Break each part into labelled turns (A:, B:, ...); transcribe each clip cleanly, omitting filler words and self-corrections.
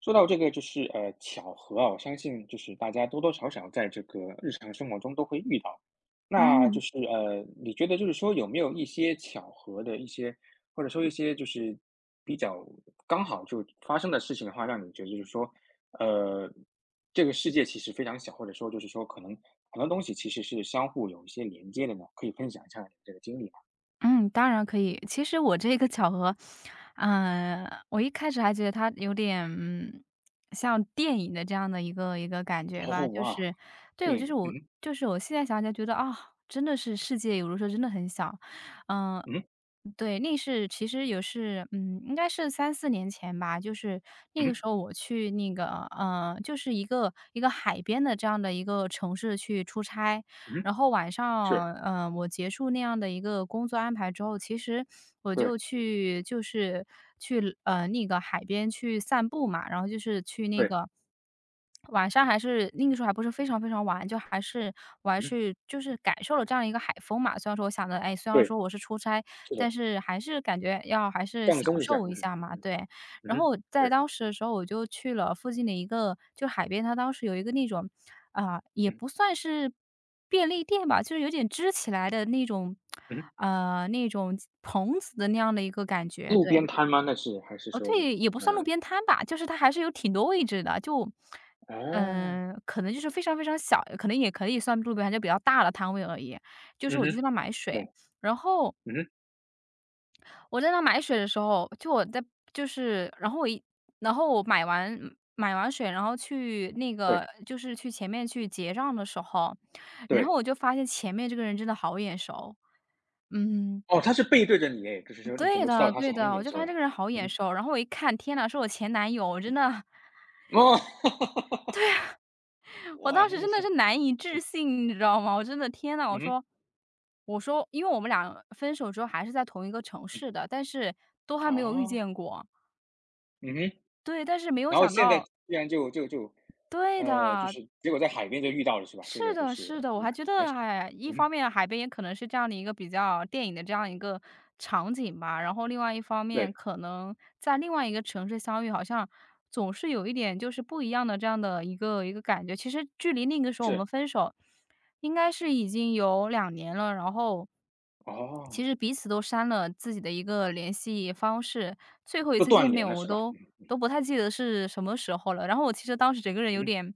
A: 说到这个就是巧合啊，我相信就是大家多多少少在这个日常生活中都会遇到。那就
B: 嗯，
A: 是你觉得就是说有没有一些巧合的一些，或者说一些就是比较刚好就发生的事情的话，让你觉得就是说，呃，这个世界其实非常小，或者说就是说可能很多东西其实是相互有一些连接的呢？可以分享一下你这个经历吗？
B: 嗯，当然可以。其实我这个巧合，我一开始还觉得它有点，嗯，像电影的这样的一个一个感觉
A: 哦，
B: 吧，就
A: 哇，
B: 是对，我
A: 电
B: 就
A: 影，
B: 是我
A: 嗯
B: 就是我现在想起来觉得，啊，真的是世界有的时候真的很小。嗯，
A: 哼
B: 对，那是其实也是，嗯，应该是三四年前吧，就是
A: 嗯
B: 那
A: 哼嗯
B: 个
A: 哼
B: 时候我去那个，就是一个海边的这样的一个城市去出差，
A: 嗯哼
B: 然后晚
A: 是，
B: 上，我结束那样的一个工作安排之后，其实我
A: 对
B: 就去就是去，呃，那个海边去散步嘛，然后就是去那
A: 对，
B: 个晚上还是那个时候还不是非常非常晚，就还是我还
A: 嗯哼
B: 是就是感受了这样一个海风嘛。虽然说我想着，哎，虽然
A: 对，
B: 说我是出差，
A: 是
B: 但
A: 的。
B: 是还是感觉要还是
A: 放
B: 享
A: 松一下，
B: 受
A: 嗯
B: 一下嘛，
A: 哼，
B: 对。
A: 嗯
B: 然
A: 哼，
B: 后我在
A: 对，
B: 当时的时候，我就去了附近的一个就海边，它当时有一个那种，啊，也
A: 嗯，
B: 不算是便利店吧，就是有点支起来的那种，
A: 嗯哼
B: 那种棚子的那样的一个感觉，
A: 路
B: 对。
A: 边摊吗？那是还是
B: 哦，
A: 说
B: 对，也不算路
A: 嗯，
B: 边摊吧，就是它还是有挺多位置的，
A: 哦，
B: 可能就是非常非常小，可能也可以算路边摊，就比较大的摊位而已。就是
A: 嗯
B: 我就在
A: 哼，
B: 那买水，
A: 懂，
B: 然后
A: 嗯哼，
B: 我在那买水的时候，就我在就是，然后我一然后我买完买完水，然后去那个
A: 对，
B: 就是去前面去结账的时候，然后
A: 对，
B: 我就发现前面这个人真的好眼熟。嗯，
A: 哦，他是背对着你哎，就是说你怎
B: 对
A: 么知道
B: 的
A: 他是
B: 对
A: 黑
B: 的，我
A: 人
B: 就
A: 是
B: 发
A: 吧？
B: 现这个人好
A: 嗯
B: 眼
A: 哼，
B: 熟，然后我一看，天呐，是我前男友，我真
A: 嗯，
B: 的，
A: 哦，
B: 我
A: 哇，
B: 当时
A: 真的
B: 真的
A: 是
B: 是难以置信，你知道吗？我真的天呐，我
A: 嗯哼，
B: 说我说，因为我们俩分手之后还是在同一个城市的，但是都还没有遇
A: 哦，
B: 见过。
A: 嗯哼，
B: 对，但是没有
A: 然后
B: 想
A: 现在居
B: 到
A: 然
B: 对
A: 就
B: 的，
A: 是结果在海边就遇到了是吧？这个就是，
B: 是的，我
A: 嗯，
B: 还觉得，
A: 还是，
B: 哎，一方
A: 嗯，
B: 面海边也可能是这样的一个比较电影的这样一个场景吧，然后另外一方面，
A: 对，
B: 可能在另外一个城市相遇，好像总是有一点就是不一样的这样的一个感觉。其实距离那个时候我们
A: 是，
B: 分手。应该是已经有两年了，然后其
A: 哦，
B: 实彼此都删了自己的一个联系方式。最后一
A: 就
B: 次见
A: 断联
B: 面
A: 了
B: 我
A: 是吧？
B: 都都不太记得是什么时候了，然后我其实当时整个人有
A: 嗯，
B: 点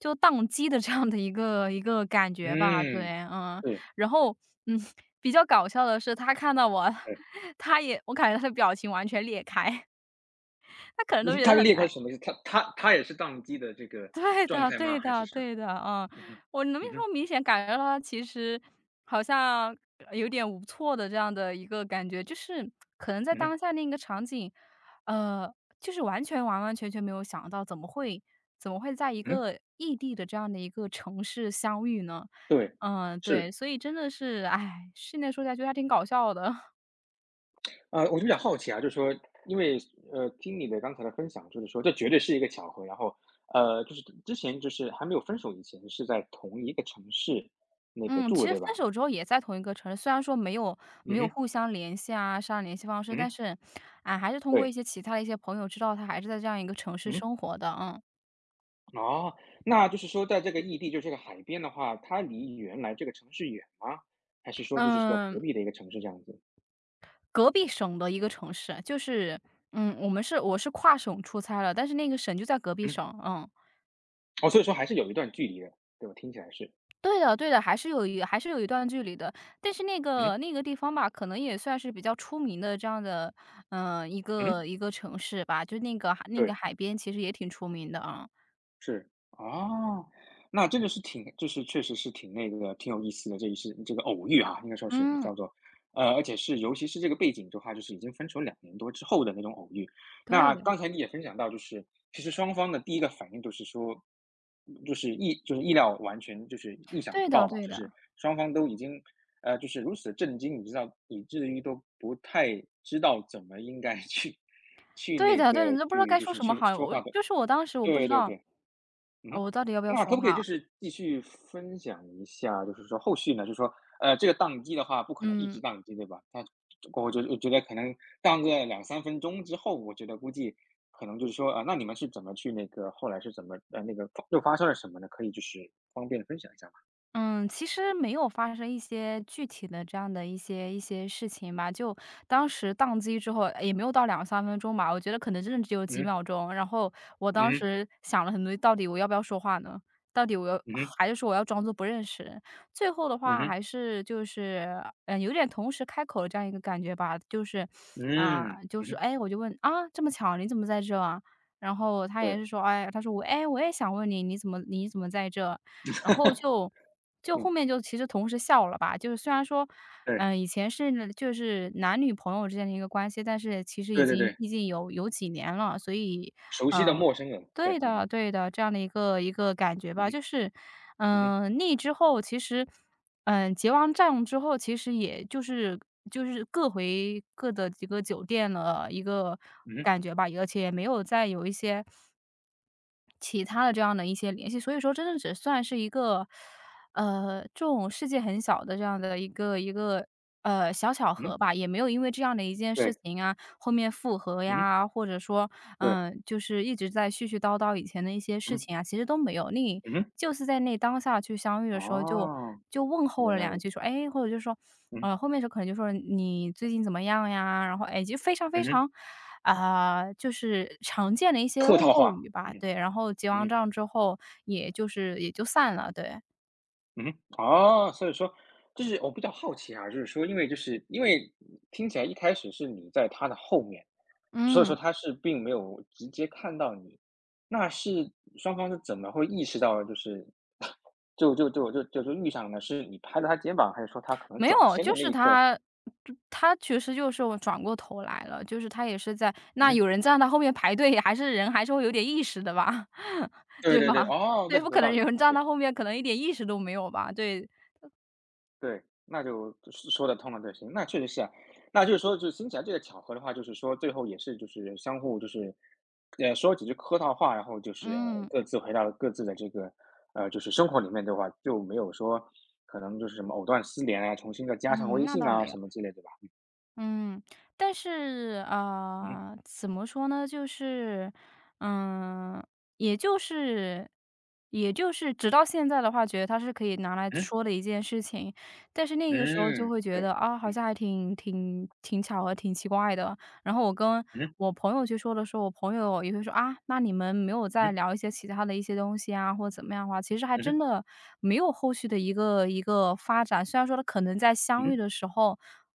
B: 就宕机的这样的一个感觉吧，
A: 嗯，
B: 对，嗯。
A: 是，对。
B: 然后，嗯，比较搞笑的是他看到我，我感觉他的表情完全裂开，他可能都
A: 嗯
B: 觉得
A: 它
B: 很
A: 裂
B: 难
A: 开是什么意思？它也是宕机的这 个
B: 对
A: 状
B: 的，
A: 态
B: 对
A: 吗？还是
B: 的，
A: 说
B: 对的，嗯，
A: 嗯哼，
B: 我能
A: 嗯哼，
B: 说明显感觉到他其实好像有点无措的这样的一个感觉，就是可能在
A: 嗯
B: 当
A: 哼，
B: 下那个场景，呃，就是完完全全没有想到怎么会在一
A: 嗯哼
B: 个异地的这样的一个城市相遇呢？
A: 对，
B: 对，
A: 是。
B: 所以真的是，哎，现在说起来觉得还挺搞笑的。
A: 我就比较好奇啊，就是说，因为，听你的刚才的分享，就是说这绝对是一个巧合，然后，就是之前就是还没有分手以前是在同一个城市那个
B: 嗯，
A: 住
B: 其
A: 的，
B: 实
A: 对
B: 分
A: 吧？
B: 手之后也在同一个城市，虽然说没有没
A: 嗯
B: 有
A: 哼，
B: 互相联系啊，商量联系方式，
A: 嗯
B: 但
A: 哼，
B: 是，啊，还是通过一
A: 对，
B: 些其他的一些朋友知道他还是在这样一个城市
A: 嗯
B: 生活的，嗯。
A: 哼哦，那就是说在这个异地，就是这个海边的话，它离原来这个城市远吗？还是说就是这个
B: 嗯，
A: 隔壁的一个城市这样子？
B: 隔壁省的一个城市，就是嗯，我是跨省出差了，但是那个省就在隔壁
A: 嗯。
B: 省，嗯。
A: 哦，所以说还是有一段距离的，对吧？听起来是，
B: 对的对的，还是有一段距离的，但是那个
A: 嗯
B: 那个地方吧，可能也算是比较出名的这样的，嗯，一个
A: 嗯
B: 一个城市吧，就那个
A: 对。
B: 海边其实也挺出名的啊，
A: 是，哦，那这个是挺就是确实是挺那个挺有意思的，这一次这个偶遇啊，应该说是
B: 嗯。
A: 叫做，而且是尤其是这个背景的话，就是已经分手两年多之后的那种偶遇。
B: 对
A: 那
B: 的，
A: 刚才你也分享到，就是其实双方的第一个反应就是说，就是意就是意料完全就是意想
B: 对
A: 不
B: 的，
A: 到吧，
B: 对
A: 就是
B: 的，
A: 双方都已经，就是如此震惊，你知道，以至于都不太知道怎么应该去去
B: 对
A: 那
B: 的，
A: 个
B: 对的，你都不知道
A: 去
B: 该
A: 就
B: 说
A: 是
B: 什么
A: 去
B: 好，
A: 说
B: 我
A: 话的
B: 就是我当时我不
A: 对
B: 知
A: 对
B: 道，
A: 对。
B: 呃
A: 嗯，
B: 我到底要不要
A: 那可
B: 说
A: 不可以就
B: 话，
A: 是继续分享一下，就是说后续呢，就是说，这个宕机的话，不可能一
B: 嗯。
A: 直宕机，对吧？它我觉得可能宕个两三分钟之后，我觉得估计可能就是说，啊、那你们是怎么去那个后来是怎么那个又发生了什么呢？可以就是方便分享一下吗？
B: 嗯，其实没有发生一些具体的这样的一些事情吧，就当时宕机之后也没有到两三分钟吧，我觉得可能真的只有几
A: 嗯
B: 秒钟。然后我当
A: 嗯
B: 时想了很多，到底我要不要说话呢？到底我要
A: 嗯
B: 还是说我要装作不认识人最后的
A: 嗯
B: 话
A: 哼
B: 还是就是，嗯，有点同时开口的这样一个感觉吧，就是
A: 嗯哼
B: 啊，
A: 嗯
B: 就
A: 嗯
B: 是
A: 哼，
B: 哎，我就问：“啊，这么巧，你怎么在这啊？”然后他也
A: 对，
B: 是说：“哎”他说我：“哎，我也想问你，你怎么在这？”然后后面
A: 嗯
B: 就其实同时笑了吧，就是虽然说，
A: 对
B: 嗯，以前是就是男女朋友之间的一个关系，但是其实已
A: 对对
B: 经
A: 对，
B: 毕竟有几年了，所以，
A: 熟悉的
B: 嗯，呃
A: 陌生人，对，
B: 对
A: 嗯哼
B: 的对的，这样的一个感觉
A: 嗯
B: 吧，
A: 哼
B: 就是，
A: 嗯哼
B: 嗯，呃那之后其实，嗯，结完账之后，其实也就是就是各回各的几个酒店了，一个
A: 嗯哼
B: 感觉吧，而且也没有再有一些其他的这样的一些联系，所以说真的只算是一个，呃，这种世界很小的这样的一个，呃，小巧
A: 嗯哼，
B: 合吧，也没有因为这样的一件事
A: 对，
B: 情啊，后面复合
A: 嗯哼
B: 呀，或者说，
A: 对，
B: 嗯，就是一直在絮絮叨叨以前的一些
A: 嗯
B: 事
A: 哼
B: 情啊，其实都没有。你
A: 嗯哼。
B: 就是在那当下去相遇的时候就
A: 哦，
B: 就问候
A: 原
B: 了
A: 来
B: 两
A: 如
B: 句，
A: 此。
B: 说：“哎”，或者就说，
A: 嗯，
B: 呃，后面时候可能就说：“你最近怎么样呀？”然后，哎，就非常非
A: 嗯哼，
B: 常啊，就是常见的一些
A: 客
B: 问
A: 套
B: 候
A: 话。
B: 语吧，
A: 嗯哼
B: 对，然后结
A: 嗯
B: 完
A: 哼
B: 账之后，也就散了，对。
A: 嗯哼哦，所以说就是我比较好奇啊，就是说因为就是因为听起来一开始是你在他的后面，所以说
B: 嗯，
A: 他是并没有直接看到你，那是双方是怎么会意识到就是 就就就就就就遇上了呢？是你拍了他肩膀，还是说他可能
B: 没
A: 转
B: 有，
A: 身
B: 就
A: 的那
B: 是
A: 一刻
B: 他其实就是我转过头来了，就是他也是在
A: 嗯
B: 那
A: 哼
B: 有人站在他后面排队，还是人还是会有点意识的吧，
A: 对
B: 对
A: 对对，
B: 吧？
A: 哦，
B: 对，
A: 对，
B: 不
A: 有
B: 可
A: 道
B: 能
A: 理，
B: 有人站
A: 对。
B: 他后面，可能一点意识都没有吧，对，
A: 对，那就说说得通了，就行，那确实是啊。那就是说就是听起来这个巧合的话，就是说最后也是就是相互就是，说几句客套话，然后就是，
B: 嗯，
A: 各自回到了各自的这个，就是生活里面，的话，就没有说可能就是什么藕断丝连啊，重新再加上
B: 嗯，
A: 微
B: 那
A: 信
B: 倒
A: 啊
B: 没有。
A: 什么之类，对吧？
B: 嗯，但是，
A: 嗯
B: 啊，呃怎么说呢？就是，嗯，也就是也就是直到现在的话，觉得它是可以拿来
A: 嗯，
B: 说的一件事情，但是那个时候就
A: 嗯，
B: 会觉
A: 对，
B: 得，啊，好
A: 嗯，
B: 像还挺巧合、挺奇怪的。然后我跟
A: 嗯
B: 我朋友去说的时候，我朋友也会说：“啊，那你们没有再
A: 嗯
B: 聊一些其他的一些东西啊，或者怎么样的话，其实还真
A: 嗯
B: 的没有后续的一个发展。虽然说他可能在相遇
A: 嗯
B: 的时候，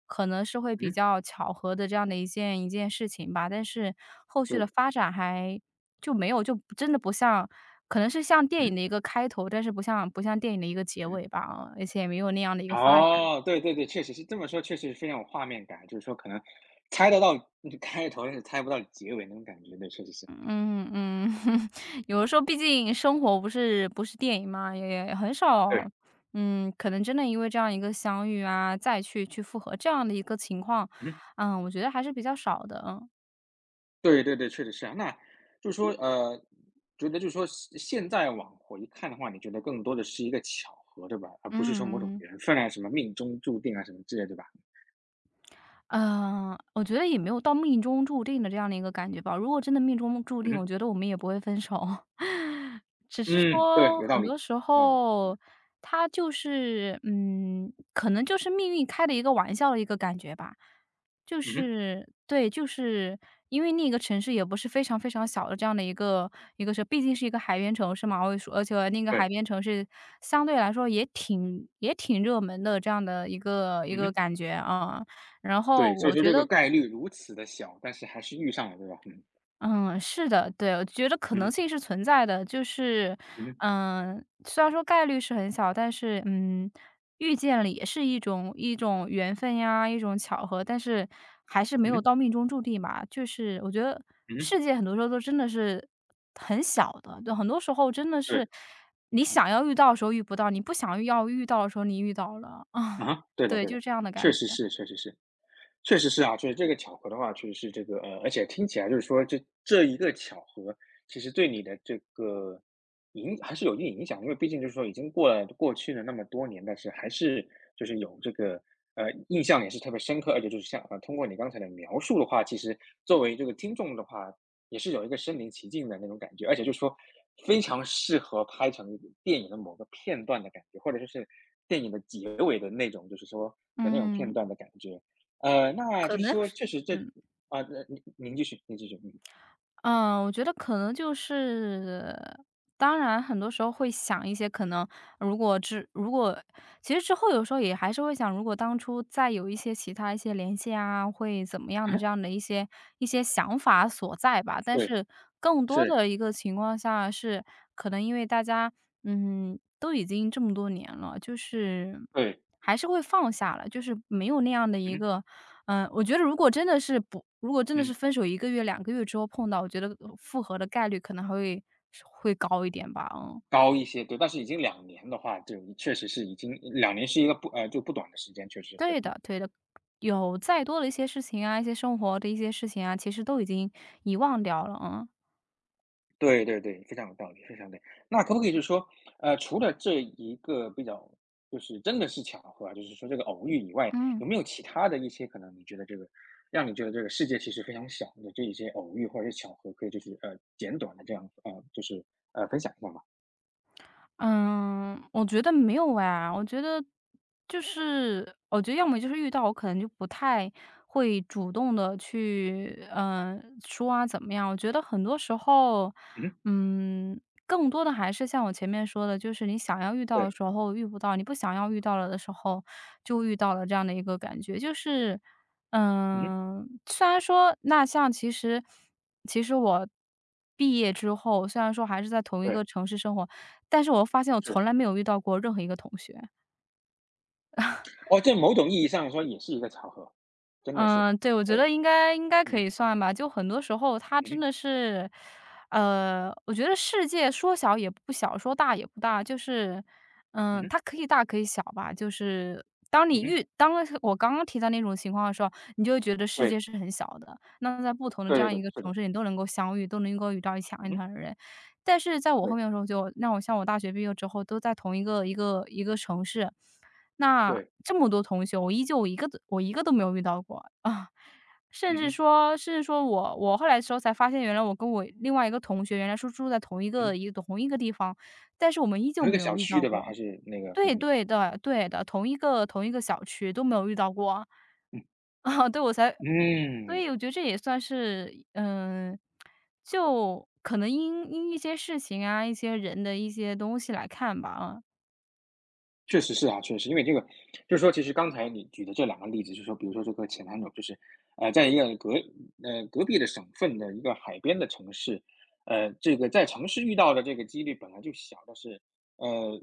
B: 可能是会比
A: 嗯
B: 较巧合的这样的一件事情吧，但是后续的
A: 对，
B: 发展就没有，就真的不像可能是像电影
A: 嗯，
B: 的一个开头，但是不像电影的一个结
A: 嗯。
B: 尾吧，嗯而且也没有那样的一个发展。
A: 哦，对对对，确实是这么说，确实是非常有画面感，就是说可能猜得到嗯 开头，但是猜不到结尾那种感觉，对，确实是。
B: 嗯嗯，有的时候毕竟生活不是电影嘛，也很少，
A: 对，
B: 嗯，可能真的因为这样一个相遇啊，再去复合这样的一个情况，
A: 嗯，
B: 嗯，我觉得还是比较少的，嗯
A: 对对对，确实是啊。那就是说，觉得就是说现现在往回看的话，你觉得更多的是一个巧合，对吧？而不是说某种
B: 嗯。
A: 缘分啊，什么命中注定啊，什么之类，对吧？
B: 嗯，我觉得也没有到命中注定的这样的一个感觉吧。如果真的命中注
A: 嗯
B: 定，我
A: 哼
B: 觉得我们也不会分手。只是
A: 嗯，对，
B: 说
A: 有道
B: 很
A: 理，有
B: 多时
A: 道理。
B: 候，他就是，嗯，可能就是命运开的一个玩笑的一个感觉吧。就
A: 嗯哼，
B: 是对，就是因为那个城市也不是非常小的这样的一个是，毕竟是一个海边城市嘛，我也说，而且那个海
A: 对，
B: 边城市相对来说也挺热门的这样的一个一
A: 嗯
B: 个
A: 哼，
B: 感觉啊。然后
A: 对，所以
B: 我
A: 说
B: 觉
A: 这个
B: 得
A: 概率如此的小，但是还是遇上了，对吧？嗯，
B: 是的，对，我觉得可
A: 嗯
B: 能
A: 哼
B: 性是存在的，就是，
A: 嗯哼
B: 虽然说概率是很小，但是，遇见了也是一种缘分呀，一种巧合，但是还是没
A: 嗯
B: 有
A: 哼
B: 到命中注定吧。就是我觉得
A: 嗯哼
B: 世界很多时候都真的是很小的，就很多时候真的
A: 对。
B: 是你想要遇到的时候遇不到，你不想要遇到的时候你遇到了，
A: 啊哈 对的
B: 对，
A: 对
B: 就
A: 的，
B: 是这样的
A: 确
B: 感觉。
A: 实是确实是。确实是啊，就是这个巧合的话，确实是这个，而且听起来就是说，这一个巧合，其实对你的这个还是有一定影响，因为毕竟就是说已经过去了那么多年，但是还是就是有这个印象也是特别深刻，而且就是像通过你刚才的描述的话，其实作为这个听众的话，也是有一个身临其境的那种感觉，而且就是说非常适合拍成电影的某个片段的感觉，或者说是电影的结尾的那种，就是说的那种片
B: 嗯，
A: 段的感觉。呃，那
B: 可
A: 就是
B: 能
A: 说
B: 是。
A: 确实这
B: 嗯。
A: 啊，那您继续，您继续，嗯。
B: 嗯，我觉得可能就是，当然很多时候会想一些可能如果之如果其实之后有时候也还是会想，如果当初再有一些其他一些联系啊，会怎么样的这
A: 嗯，
B: 样的一些想法所在吧。但
A: 对，
B: 是更多
A: 是，
B: 的一个情况下是，可能因为大家嗯都已经这么多年了，就是
A: 对，
B: 还是会放下了，就是没有那样的一
A: 嗯，
B: 个，我觉得如果真的是不，如果真的是
A: 嗯，
B: 分手一个月、两个月之后碰到，我觉得复合的概率可能还会高一点吧，嗯。
A: 高一些，对，但是已经两年的话，就确实是已经两年是一个不呃，就不短的时间，确实，对。
B: 对的，对的，有再多的一些事情啊，一些生活的一些事情啊，其实都已经遗忘掉了，嗯。
A: 对对对，非常有道理，非常对。那可不可以就是说，除了这一个比较就是真的是巧合啊，就是说这个偶遇以外，
B: 嗯。
A: 有没有其他的一些可能你觉得这个让你觉得这个世界其实非常小的这一些偶遇或者是巧合，可以就是简短的这样就是分享一下吗？
B: 嗯，我觉得没有哎，我觉得我觉得要么就是遇到我可能就不太会主动的去，嗯，说啊怎么样。我觉得很多时候，
A: 嗯
B: 嗯，更多的还是像我前面说的，就是你想要遇到的
A: 对，
B: 时候遇不到，你不想要遇到了的时候就遇到了这样的一个感觉。就是，
A: 嗯
B: 虽然说那像其实其实我毕业之后，虽然说还是在同一
A: 对，
B: 个城市生活，但是我发现我
A: 是。
B: 从来没有遇到过任何一个同学。
A: 哦，这某种意义上说也是一个巧合，真的是。
B: 嗯，对，我觉得
A: 对，
B: 应该
A: 嗯
B: 可
A: 哼，
B: 以算吧。就很多时候他真的
A: 嗯
B: 是，我觉得世界说小也不小，说大也不大，就是，
A: 哼
B: 嗯，
A: 嗯
B: 它可以大可以小吧。就是当
A: 哼嗯
B: 你
A: 哼
B: 遇当我刚刚提到那种情况的时候，你就会觉得世界是很小的。那在不同的这
A: 对对
B: 样
A: 对
B: 一
A: 对，
B: 个
A: 是
B: 城
A: 的，
B: 市，你都能够相遇，都能够遇到一起想
A: 嗯
B: 一
A: 哼
B: 团的人。但是在我后
A: 对
B: 面的时候就那我像我大学毕业之后都在同一个一个城市，那
A: 对，
B: 这么多同学，我依旧我一个都没有遇到过 啊。甚
A: 嗯
B: 至
A: 哼，
B: 说甚至说我后来的时候才发现，原来我跟我另外一个同学原来是住在同一
A: 嗯
B: 个
A: 哼
B: 同一个地方，但是我们依旧
A: 同一个
B: 没有
A: 小
B: 遇
A: 区
B: 到
A: 的吧？还
B: 过。
A: 是那个
B: 对
A: 嗯
B: 对的对的，同一个小区都没有遇到过。
A: 嗯
B: 啊，对，我才所
A: 嗯
B: 以我觉得这也算是，嗯，就可能因一些事情啊，一些人的一些东西来看吧，啊。
A: 确实是啊，确实。因为这个就是说其实刚才你举的这两个例子，就是说比如说这个前男友，就是，在一个隔壁的省份的一个海边的城市，这个在城市遇到的这个几率本来就小，但是，呃，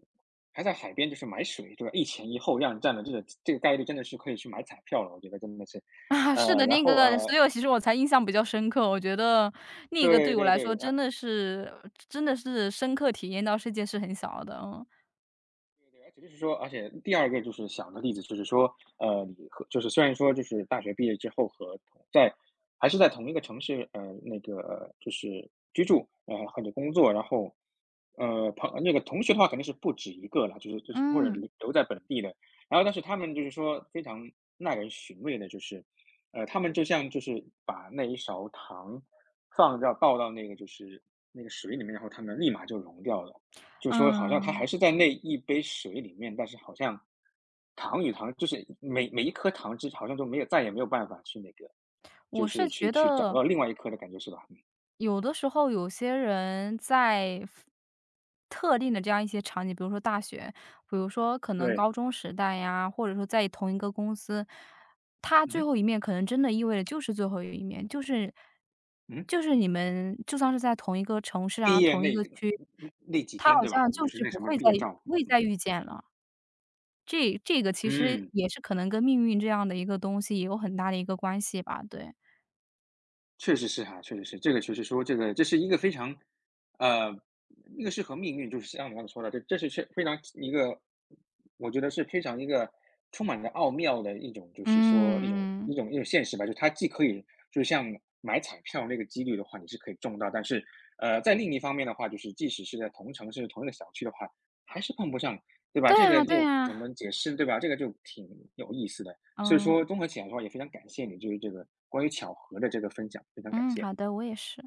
A: 还在海边就是买水，对吧？一前一后让你占了这个这个概率真的是可以去买彩票了，我觉得真的是。
B: 啊，是的，
A: 然
B: 那
A: 后，
B: 个所以我其实我才印象比较深刻，我觉得那个
A: 对
B: 对我
A: 对
B: 来说
A: 对，
B: 真的是深刻体验到世界是很小的，嗯。
A: 对对，而且就是说，而且第二个就是小的例子，就是说，你和就是虽然说就是大学毕业之后和同在还是在同一个城市，那个就是居住，或者工作，然后那个同学的话肯定是不止一个了，就是就是或者
B: 嗯，
A: 留在本地的，然后但是他们就是说非常耐人寻味的，就是他们就像就是把那一勺糖放到倒到那个就是那个水里面，然后他们立马就融掉了。就说好像它
B: 嗯，
A: 还是在那一杯水里面，但是好像糖与糖就是每一颗糖汁好像都没有再也没有办法去那个，就
B: 我是
A: 是去
B: 觉
A: 去找
B: 得
A: 到另外一颗的感觉是吧？嗯
B: 有的时候有些人在 特定的这样一些场景，比如说大学，比如说可能
A: 对，
B: 高中时代呀，或者说在同一个公司，他
A: 嗯
B: 最
A: 哼
B: 后一面可能真的意味着就是最后一面，就是
A: 嗯哼
B: 就是你们就算是在同一个城市啊，
A: 毕业
B: 同一
A: 那
B: 个
A: 个
B: 区，
A: 那几
B: 他
A: 天
B: 好
A: 对吧？
B: 像
A: 可能
B: 就
A: 就是
B: 是
A: 那什么毕业照，
B: 不会再遇见了。这这个其实
A: 嗯。
B: 也是可能跟命运这样的一个东西也有很大的一个关系吧，对。
A: 确实是哈，确实是，这个确实说这个这是一个非常，呃，一个是和命运，就是像你刚才说的，这是非常一个，我觉得是非常一个充满着奥妙的一种，就是说一种
B: 嗯嗯，
A: 一种一种现实吧，就是它既可以就是像买彩票那个几率的话，你是可以中到，但是在另一方面的话，就是即使是在同城同一个小区的话，还是碰不上，对吧？
B: 对
A: 这个
B: 呀对
A: 又怎么
B: 呀，
A: 解释，对吧？这个就挺有意思的。所以
B: 嗯。
A: 说，综合起来的话，也非常感谢你对于这个关于巧合的这个分享，非常感
B: 嗯，
A: 谢。
B: 好的，我也是。